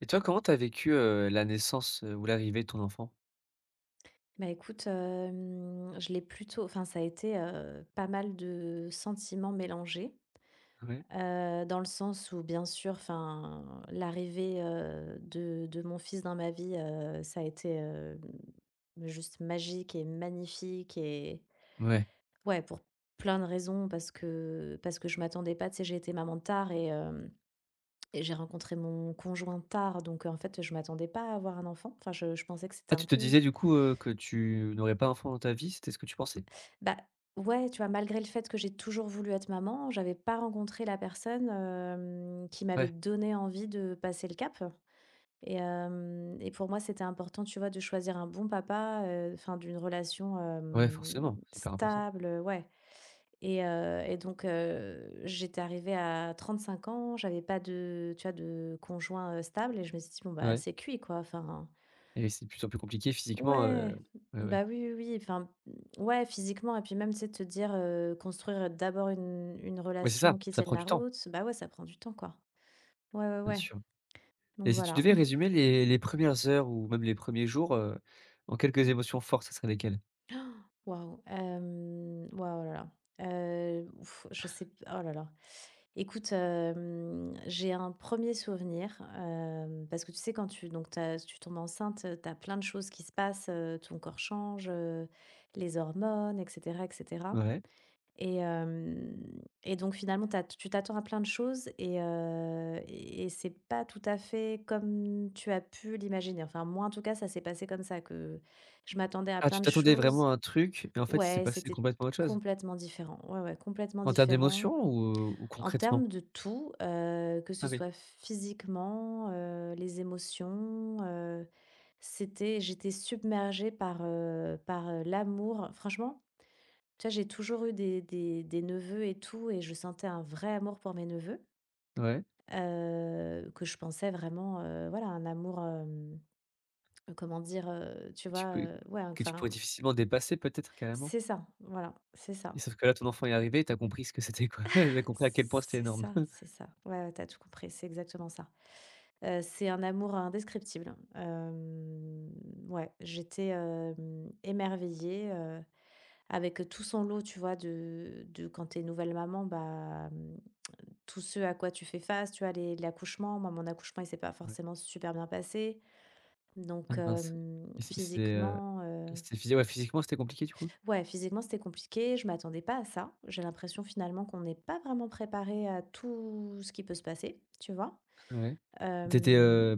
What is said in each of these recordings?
Et toi, comment t'as vécu, la naissance, ou l'arrivée de ton enfant? Bah écoute, je l'ai plutôt enfin ça a été, pas mal de sentiments mélangés, Ouais, dans le sens où bien sûr, enfin, l'arrivée, de mon fils dans ma vie, ça a été, juste magique et magnifique et ouais. ouais, pour plein de raisons parce que je m'attendais pas, tu sais, j'ai été maman tard et hem et j'ai rencontré mon conjoint tard donc en fait, je m'attendais pas à avoir un enfant. Enfin je pensais que c'était Ah, un tu te peu. disais du coup, que tu n'aurais pas d'enfant dans ta vie, c'était ce que tu pensais? Bah, ouais, tu vois, malgré le fait que j'ai toujours voulu être maman, j'avais pas rencontré la personne, qui m'avait Ouais, donné envie de passer le cap et hem et pour moi, c'était important, tu vois, de choisir un bon papa, enfin d'une relation, ouais, forcément, c'est hyper important. stable, ouais et donc j'étais arrivée à 35 ans, j'avais pas de, tu vois, de conjoint, stable et je me suis dit: «Bon, bah, Ouais, c'est cuit, quoi», enfin. et c'est de plus en plus compliqué physiquement, Ouais, ouais, ouais. bah oui, oui, oui, enfin, ouais, physiquement, et puis même, tu sais, te dire, construire d'abord une Mais c'est ça, relation qui ça tienne prend la du temps, route, bah ouais, ça prend du temps, quoi. Ouais, ouais, bien ouais, sûr. Et donc si tu voilà. devais résumer les premières heures ou même les premiers jours, en quelques émotions fortes, ça serait lesquelles? Waouh, waouh, oh là là, heu, je sais p oh là là. Écoute, j'ai un premier souvenir, parce que tu sais, quand tu donc tu tombes enceinte, tu as plein de choses qui se passent, ton corps change, les hormones, et cetera, et cetera. Ouais. Et hem et donc finalement, tu t'attends à plein de choses et et c'est pas tout à fait comme tu as pu l'imaginer. Enfin, moi, en tout cas, ça s'est passé comme ça, que je m'attendais à Ah, tu plein de t'attendais choses. vraiment à un truc et en fait, il s'est Ouais, passé c'était complètement autre chose? complètement différent. Ouais, ouais, complètement En termes différent. d'émotions ou En concrètement? termes de tout, que Ah ce oui, soit physiquement, les émotions, c'était j'étais submergée par, l'amour. Franchement tu vois, j'ai toujours eu des neveux et tout, et je sentais un vrai amour pour mes neveux, ouais. Que je pensais vraiment, voilà, un amour, comment dire, tu Tu vois, peux ouais, Que tu pourrais enfin, difficilement dépasser peut-être carrément? c'est ça, voilà, c'est Et ça. sauf que là, ton enfant est arrivé et tu as compris ce que c'était, quoi. Tu as compris à quel point c'était C'est énorme. ça, c'est ça. Ouais, ouais, t'as tout compris, c'est exactement ça. C'est un amour indescriptible. Ouais, j'étais émerveillée. Avec tout son lot, tu vois, de quand t'es nouvelle maman, bah, mmh, tout ce à quoi tu fais face, tu vois? Les L'accouchement, moi, mon accouchement, il s'est pas Ouais. forcément super bien passé. Ah Donc mince. Et physiquement, c'était physi ouais, physiquement, c'était compliqué du coup? ouais, physiquement, c'était compliqué. Je m'attendais pas à ça. J'ai l'impression, finalement, qu'on n'est pas vraiment préparé à tout ce qui peut se passer, tu vois? Ouais. t'étais Hem étais,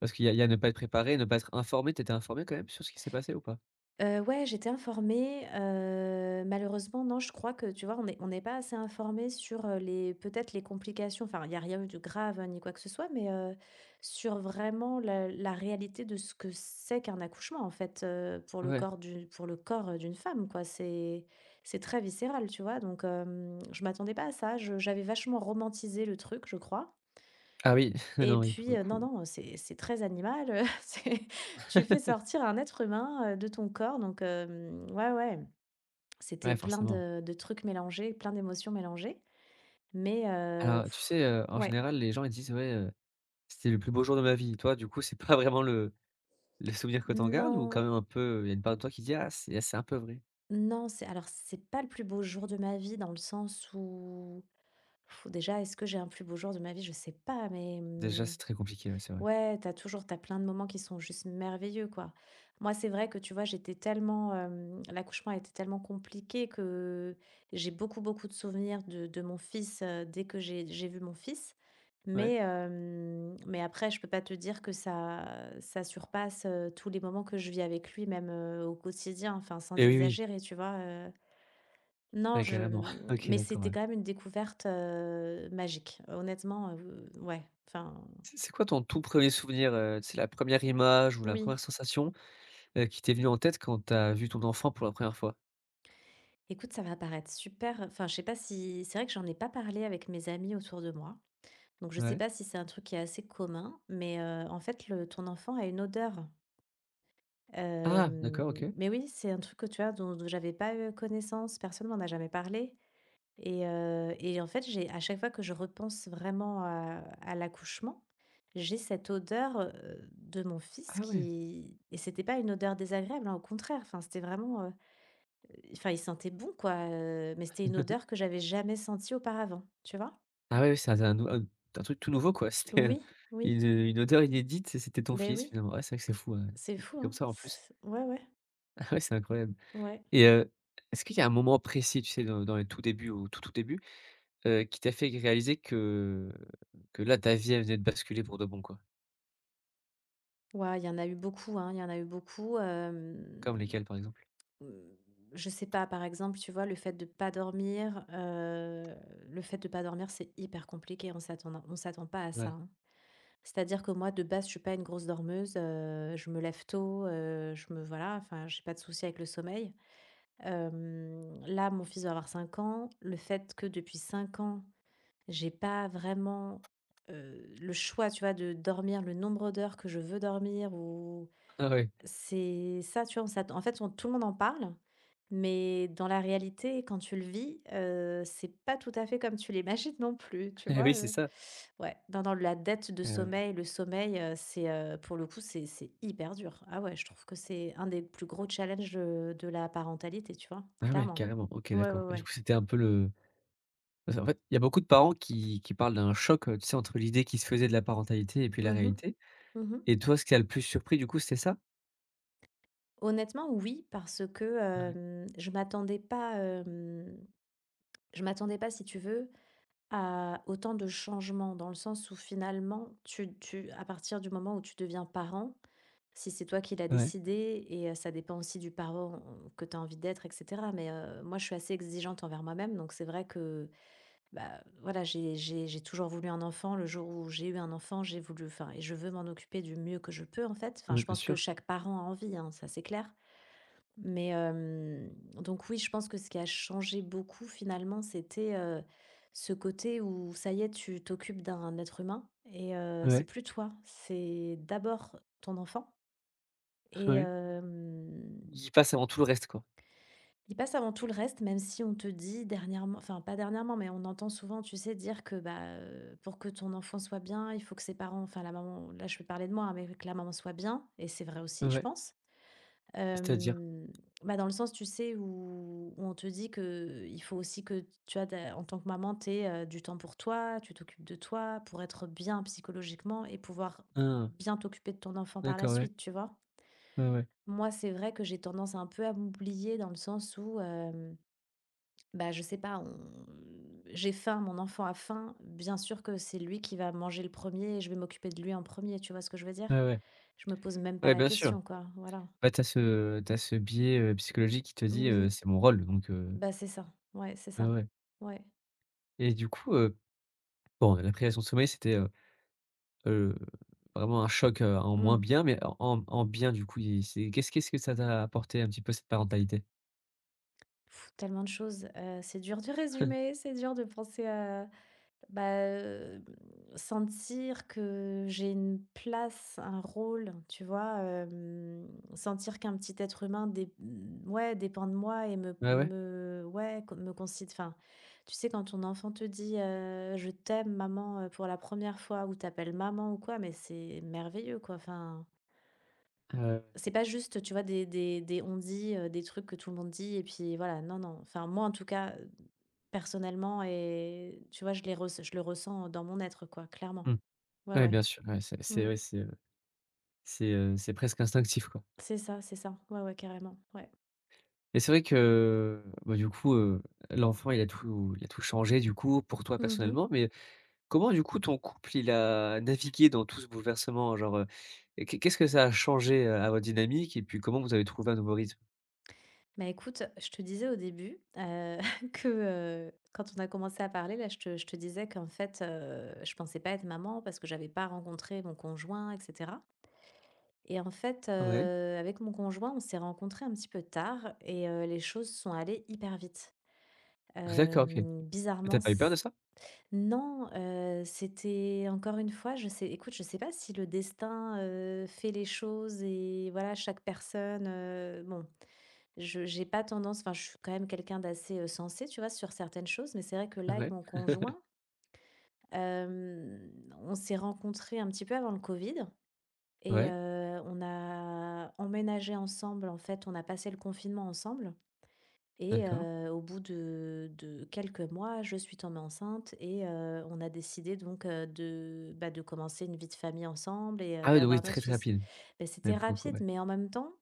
Parce qu'il y a ne pas être préparé, ne pas être informé. T'étais informé quand même sur ce qui s'est passé ou pas? Ouais, j'étais informée, malheureusement, non, je crois que, tu vois, on n'est pas assez informé sur, les peut-être les complications, enfin, il y a rien eu de grave, hein, ni quoi que ce soit, mais, sur vraiment la réalité de ce que c'est qu'un accouchement, en fait, pour le Ouais. corps du pour le corps, d'une femme, quoi. C'est très viscéral, tu vois? Donc, je m'attendais pas à ça. Je j'avais vachement romantisé le truc, je crois Ah oui, non, et oui, pour le puis, coup, non, non, c'est très animal, c'est tu fais sortir un être humain, de ton corps donc ouais, ouais, c'était ouais, plein forcément. de trucs mélangés, plein d'émotions mélangées mais Alors tu sais, en ouais. général, les gens ils disent: «Ouais, c'était le plus beau jour de ma vie». Toi, du coup, c'est pas vraiment le souvenir que tu en gardes, ou quand Non, même un peu, il y a une part de toi qui dit: «Ah, c'est un peu vrai»? non, c'est alors c'est pas le plus beau jour de ma vie dans le sens où pff, déjà est-ce que j'ai un plus beau jour de ma vie? Je sais pas mais Déjà, mmh. c'est très compliqué, ouais, c'est vrai. Ouais, t'as plein de moments qui sont juste merveilleux, quoi. Moi, c'est vrai que tu vois, j'étais tellement, l'accouchement a été tellement compliqué que j'ai beaucoup, beaucoup de souvenirs de mon fils, dès que j'ai vu mon fils. Ouais? Mais, après, je peux pas te dire que ça surpasse, tous les moments que je vis avec lui, même, au quotidien, enfin, sans Et oui, oui, exagérer, tu vois? Non, ouais, carrément. OK, mais d'accord, ouais. c'était quand même une découverte, magique. Honnêtement, ouais, enfin, C'est quoi ton tout premier souvenir, c'est la première image ou la oui. première sensation, qui t'est venue en tête quand t'as vu ton enfant pour la première fois? Écoute, ça va paraître super enfin, je sais pas si c'est vrai que j'en ai pas parlé avec mes amis autour de moi, donc je sais Ouais. pas si c'est un truc qui est assez commun, mais en fait, le ton enfant a une odeur. Ah! D'accord, OK. Mais oui, c'est un truc que tu vois, dont j'avais pas, connaissance, personne m'en a jamais parlé et en fait, j'ai à chaque fois que je repense vraiment à l'accouchement, j'ai cette odeur, de mon fils Ah ouais. qui et c'était pas une odeur désagréable, hein, au contraire, enfin, c'était vraiment. Enfin, il sentait bon quoi, mais c'était une odeur que j'avais jamais sentie auparavant, tu vois? Ah ouais, oui, c'est un truc tout nouveau, quoi. C'était, Oui, oui, une odeur inédite et c'était ton ben fils, oui, finalement. Ouais, c'est vrai que c'est fou, ouais, c'est dit fou, comme hein? ça, en plus. C Ouais, ouais, Ah ouais, c'est incroyable. ouais. Et est-ce qu'il y a un moment précis, tu sais, dans les tout débuts, au tout début, qui t'a fait réaliser que là, ta vie, elle venait de basculer pour de bon, quoi? Ouah, il y en a eu beaucoup, hein, il y en a eu beaucoup, Comme lesquels par exemple? heu, je sais pas, par exemple, tu vois, le fait de pas dormir, le fait de pas dormir, c'est hyper compliqué, on s'attend pas à ça, Ouais. hein. C'est-à-dire que moi, de base, je suis pas une grosse dormeuse, je me lève tôt, je me voilà, enfin, j'ai pas de souci avec le sommeil. Là, mon fils va avoir 5 ans. Le fait que depuis 5 ans, j'ai pas vraiment, le choix, tu vois, de dormir le nombre d'heures que je veux dormir ou Ah ouais. c'est ça, tu vois, on s'att en fait, on tout le monde en parle mais dans la réalité, quand tu le vis, c'est pas tout à fait comme tu l'imagines non plus, tu Eh voisoui, c'est ça. Ouais, dans la dette de Eh ouais. sommeil, le sommeil, c'est, pour le coup, c'est hyper dur. Ah ouais, je trouve que c'est un des plus gros challenges, de la parentalité, tu vois? Ah ouais, Clairement. carrément. OK, Ouais, ouais, d'accord. Du ouais. coup, c'était un peu le Parce qu'en fait, il y a beaucoup de parents qui parlent d'un choc, tu sais, entre l'idée qu'ils se faisaient de la parentalité et puis la Mmh mh. réalité. Mmh. Et toi, ce qui t'a le plus surpris, du coup, c'était ça? Honnêtement, oui, parce que, Ouais. Je m'attendais pas, si tu veux à autant de changements, dans le sens où finalement, tu tu à partir du moment où tu deviens parent, si c'est toi qui l'as Ouais. décidé et ça dépend aussi du parent que tu as envie d'être et cetera, mais moi je suis assez exigeante envers moi-même, donc c'est vrai que, bah, voilà, j'ai toujours voulu un enfant. Le jour où j'ai eu un enfant, j'ai voulu enfin et je veux m'en occuper du mieux que je peux, en fait. Ah Enfin, oui, je bien pense que sûr. chaque parent a envie, hein, ça c'est clair, mais donc oui, je pense que ce qui a changé beaucoup finalement, c'était, ce côté où ça y est, tu t'occupes d'un être humain et c'est Ouais. plus toi, c'est d'abord ton enfant et Ouais. Il passe avant tout le reste, quoi. il passe avant tout le reste, même si on te dit dernièrement enfin pas dernièrement, mais on entend souvent, tu sais, dire que, bah, pour que ton enfant soit bien, il faut que ses parents enfin la maman là je vais parler de moi, hein, mais que la maman soit bien et c'est vrai aussi, je Ouais. pense. C'est-à-dire? Hem, Bah, dans le sens, tu sais, où on te dit que il faut aussi que tu as en tant que maman, tu aies, du temps pour toi, tu t'occupes de toi pour être bien psychologiquement et pouvoir Ah! bien t'occuper de ton enfant par la D'accord, ouais. suite, tu vois? Ouais, ouais. Moi, c'est vrai que j'ai tendance un peu à m'oublier dans le sens où, bah, je sais pas, on j'ai faim, mon enfant a faim, bien sûr que c'est lui qui va manger le premier et je vais m'occuper de lui en premier tu vois ce que je veux dire? Ouais, ouais. Je me pose même pas Ouais, la bien sûr. question, quoi, voilà. Bah, tu as ce biais, psychologique qui te dit, Oui. «C'est mon rôle», donc Bah, c'est ça. Ouais, c'est ouais, ça. ouais. Ouais. Et du coup, bon, la privation de sommeil, c'était, heu, vraiment un choc, en moins Mmh. bien, mais en bien, du coup, il c'est qu'est-ce que ça t'a apporté un petit peu cette parentalité? Tellement de choses, c'est dur de résumer, c'est dur de penser à bah, sentir que j'ai une place, un rôle, tu vois? Sentir qu'un petit être humain ouais, dépend de moi et me Ouais, ouais? me ouais, co me considère enfin, tu sais quand ton enfant te dit, «Je t'aime maman», pour la première fois ou t'appelle maman ou quoi, mais c'est merveilleux quoi, enfin. Ah ouais, ouais. C'est pas juste, tu vois, des on dit, des trucs que tout le monde dit et puis voilà, non, non. Enfin, moi, en tout cas, personnellement et tu vois, je le ressens dans mon être, quoi, clairement. Mmh. Ouais, Ouais, ouais. bien sûr, Mmh. ouais, c'est presque instinctif, quoi. C'est ça, c'est ça. Ouais, ouais, carrément. Ouais. Et c'est vrai que, bah, du coup, l'enfant, il a tout changé, du coup, pour toi Mmh. personnellement, mais comment du coup ton couple il a navigué dans tout ce bouleversement? Genre, qu'est-ce que ça a changé, à votre dynamique et puis comment vous avez trouvé un nouveau rythme? Bah, écoute, je te disais au début, que, quand on a commencé à parler, là, je te disais qu'en fait, je pensais pas être maman parce que j'avais pas rencontré mon conjoint et cetera. Et en fait, Ouais. Avec mon conjoint, on s'est rencontrés un petit peu tard et les choses sont allées hyper vite. Ah d'accord, OK. Et Bizarrement tu pas eu peur de c ça? non, c'était encore une fois, je sais écoute, je sais pas si le destin, fait les choses et voilà, chaque personne, bon, je j'ai pas tendance enfin, je suis quand même quelqu'un d'assez, sensé, tu vois, sur certaines choses, mais c'est vrai que là, avec Ouais, mon conjoint, hem, on s'est rencontrés un petit peu avant le covid. Et ouais, on a emménagé ensemble, en fait, on a passé le confinement ensemble et d'accord. Au bout de quelques mois, je suis tombée enceinte et on a décidé donc, de, bah, de commencer une vie de famille ensemble et Ah ouais, donc oui, d'avoir notre très, très fils. rapide. Beh, Mais c'était pour le coup, rapide, ouais. mais en même temps,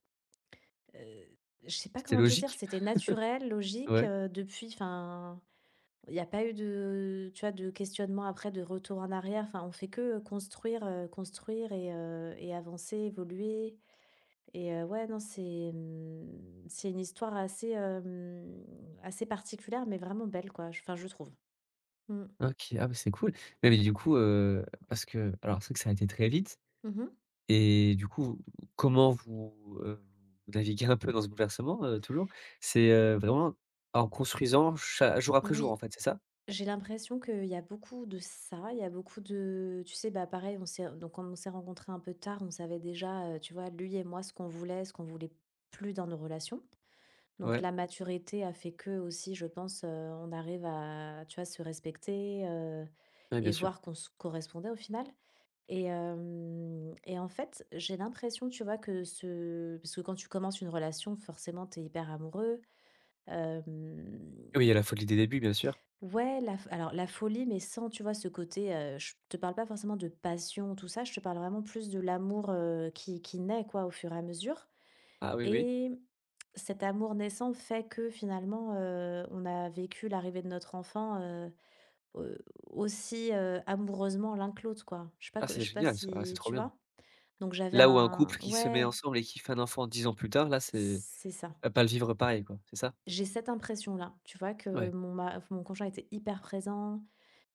heu, je sais pas C'était comment te dire, logique? c'était naturel, logique, Ouais. Depuis enfin, il n'y a pas eu de, tu vois, de questionnement après, de retour en arrière. Enfin, on fait que construire, construire et avancer, évoluer. Et ouais, non, c'est, mmh, c'est une histoire assez, assez particulière, mais vraiment belle, quoi, je enfin, je trouve. Mmh. OK, ah, bah, c'est cool. Mais du coup, parce que alors c'est vrai que ça a été très vite. Mmh. Et du coup, comment vous, vous naviguez un peu dans ce bouleversement, toujours? C'est, vraiment en construisant cha jour après jour en Oui, fait, c'est ça? j'ai l'impression qu'il y a beaucoup de ça, il y a beaucoup de tu sais, bah, pareil, on s'est donc comme on s'est rencontrés un peu tard, on savait déjà, tu vois, lui et moi, ce qu'on voulait plus dans nos relations. Donc Ouais, la maturité a fait que aussi, je pense, on arrive à, tu vois, se respecter, ouais, bien et sûr. voir qu'on se correspondait au final. Et hem et en fait, j'ai l'impression, tu vois, que ce parce que quand tu commences une relation, forcément, t'es hyper amoureux. Hem, Oui, il y a la folie des débuts, bien sûr. ouais, la f alors la folie, mais sans, tu vois, ce côté, je te parle pas forcément de passion, tout ça, je te parle vraiment plus de l'amour, qui naît, quoi, au fur et à mesure Ah oui, oui. et cet amour naissant fait que finalement, on a vécu l'arrivée de notre enfant, au aussi, amoureusement l'un que l'autre, quoi. Ah, c'est Je sais pas génial ça, ah, c'est si trop tu bien. vois? Donc j'avais Là où un couple un qui se met ouais, ensemble et qui fait un enfant 10 ans plus tard, là, c'est c'est ça. va pas le vivre pareil, quoi, c'est ça? J'ai cette impression-là, tu vois, Ouais, que mon conjoint était hyper présent,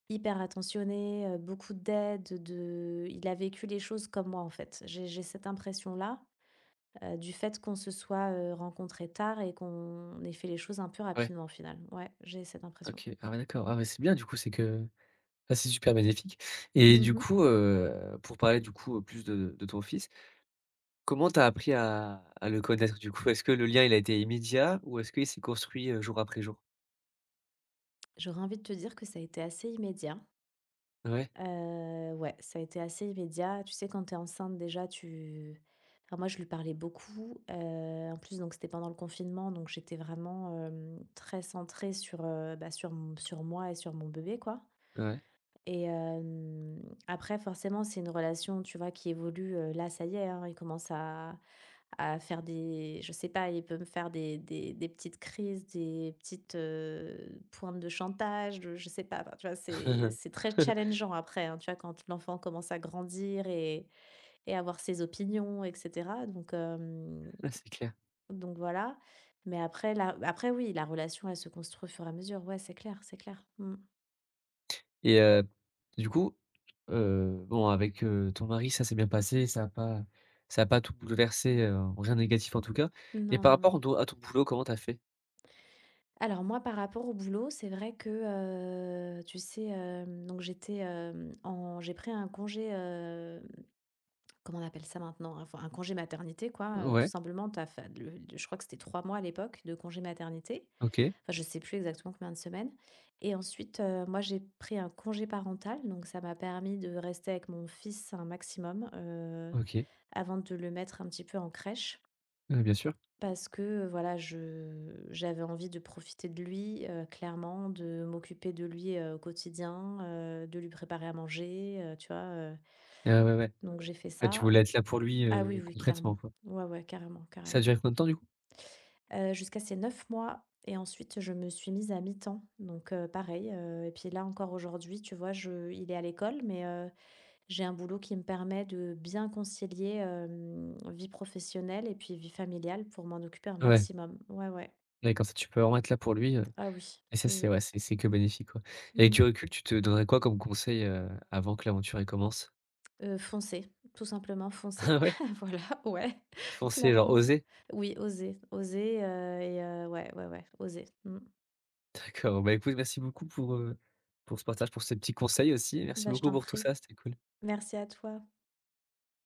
hyper attentionné, beaucoup d'aide, de il a vécu les choses comme moi en fait. J'ai cette impression-là du fait qu'on se soit rencontrés tard et qu'on ait fait les choses un peu ouais, rapidement au final. Ouais, j'ai cette impression. OK. Ah ouais, d'accord. Ah ouais, c'est bien du coup, c'est que ah, c'est super bénéfique. Et du Mhm. coup, pour parler du coup, plus de ton fils, comment t'as appris à le connaître du coup? Est-ce que le lien, il a été immédiat ou est-ce qu'il s'est construit, jour après jour? J'aurais envie de te dire que ça a été assez immédiat. Ouais, Ouais, ça a été assez immédiat. Tu sais, quand t'es enceinte déjà, tu enfin moi je lui parlais beaucoup, en plus donc c'était pendant le confinement, donc j'étais vraiment, très centrée sur, bah, sur m sur moi et sur mon bébé, quoi. ouais. Et après forcément, c'est une relation, tu vois, qui évolue, là ça y est, hein, il commence à faire des je sais pas, il peut me faire des petites crises, des petites, pointes de chantage, je sais pas, enfin, tu vois? C'est très challengeant après, hein, tu vois? Quand l'enfant commence à grandir et avoir ses opinions et cetera donc Ah, c'est clair. donc voilà. Mais après oui, la relation, elle se construit au fur et à mesure. Ouais, c'est clair, c'est clair. Mmh. Et du coup, bon avec, ton mari ça s'est bien passé, ça a pas tout bouleversé, rien de négatif en tout cas. Et Non, par non, non. rapport do à ton boulot, comment t'as fait? Alors moi, par rapport au boulot, c'est vrai que, tu sais, donc j'étais, en j'ai pris un congé, comment on appelle ça maintenant? Enfin, un congé maternité quoi, tout Ouais, simplement. T'as, fa le je crois que c'était 3 mois à l'époque de congé maternité. OK, Enfin, je sais plus exactement combien de semaines et ensuite, moi, j'ai pris un congé parental, donc ça m'a permis de rester avec mon fils un maximum, OK, avant de le mettre un petit peu en crèche. ouais, bien sûr. Parce que, voilà, je j'avais envie de profiter de lui, clairement, de m'occuper de lui, au quotidien, de lui préparer à manger, tu vois, heu? Ah ouais, ouais. Donc j'ai fait Ah tu ça. voulais être là pour lui, Ah oui, oui, concrètement clairement. quoi. Ouais, ouais, carrément, Ça a carrément. duré combien de temps du coup? Jusqu'à ses 9 mois et ensuite je me suis mise à mi-temps donc pareil, et puis là encore aujourd'hui, tu vois, je il est à l'école mais j'ai un boulot qui me permet de bien concilier, vie professionnelle et puis vie familiale pour m'en occuper un Ouais, maximum. Ouais, ouais. ouais, comme ça tu peux vraiment être là pour lui, Ah oui, et ça oui, c'est oui. ouais, c'est que bénéfique quoi. Et avec du Mmh. recul, tu te donnerais quoi comme conseil, avant que l'aventure elle commence? Foncer, tout simplement Ah foncer. ouais? Voilà, ouais, Foncer, genre clairement. oser? Oui, oser, oser, ouais, ouais, ouais, oser. Mmh. D'accord, bah, écoute merci beaucoup pour ce partage, pour ces petits conseils aussi. Merci Bah, je beaucoup t'en pour tout prie. ça, c'était cool. Merci à toi.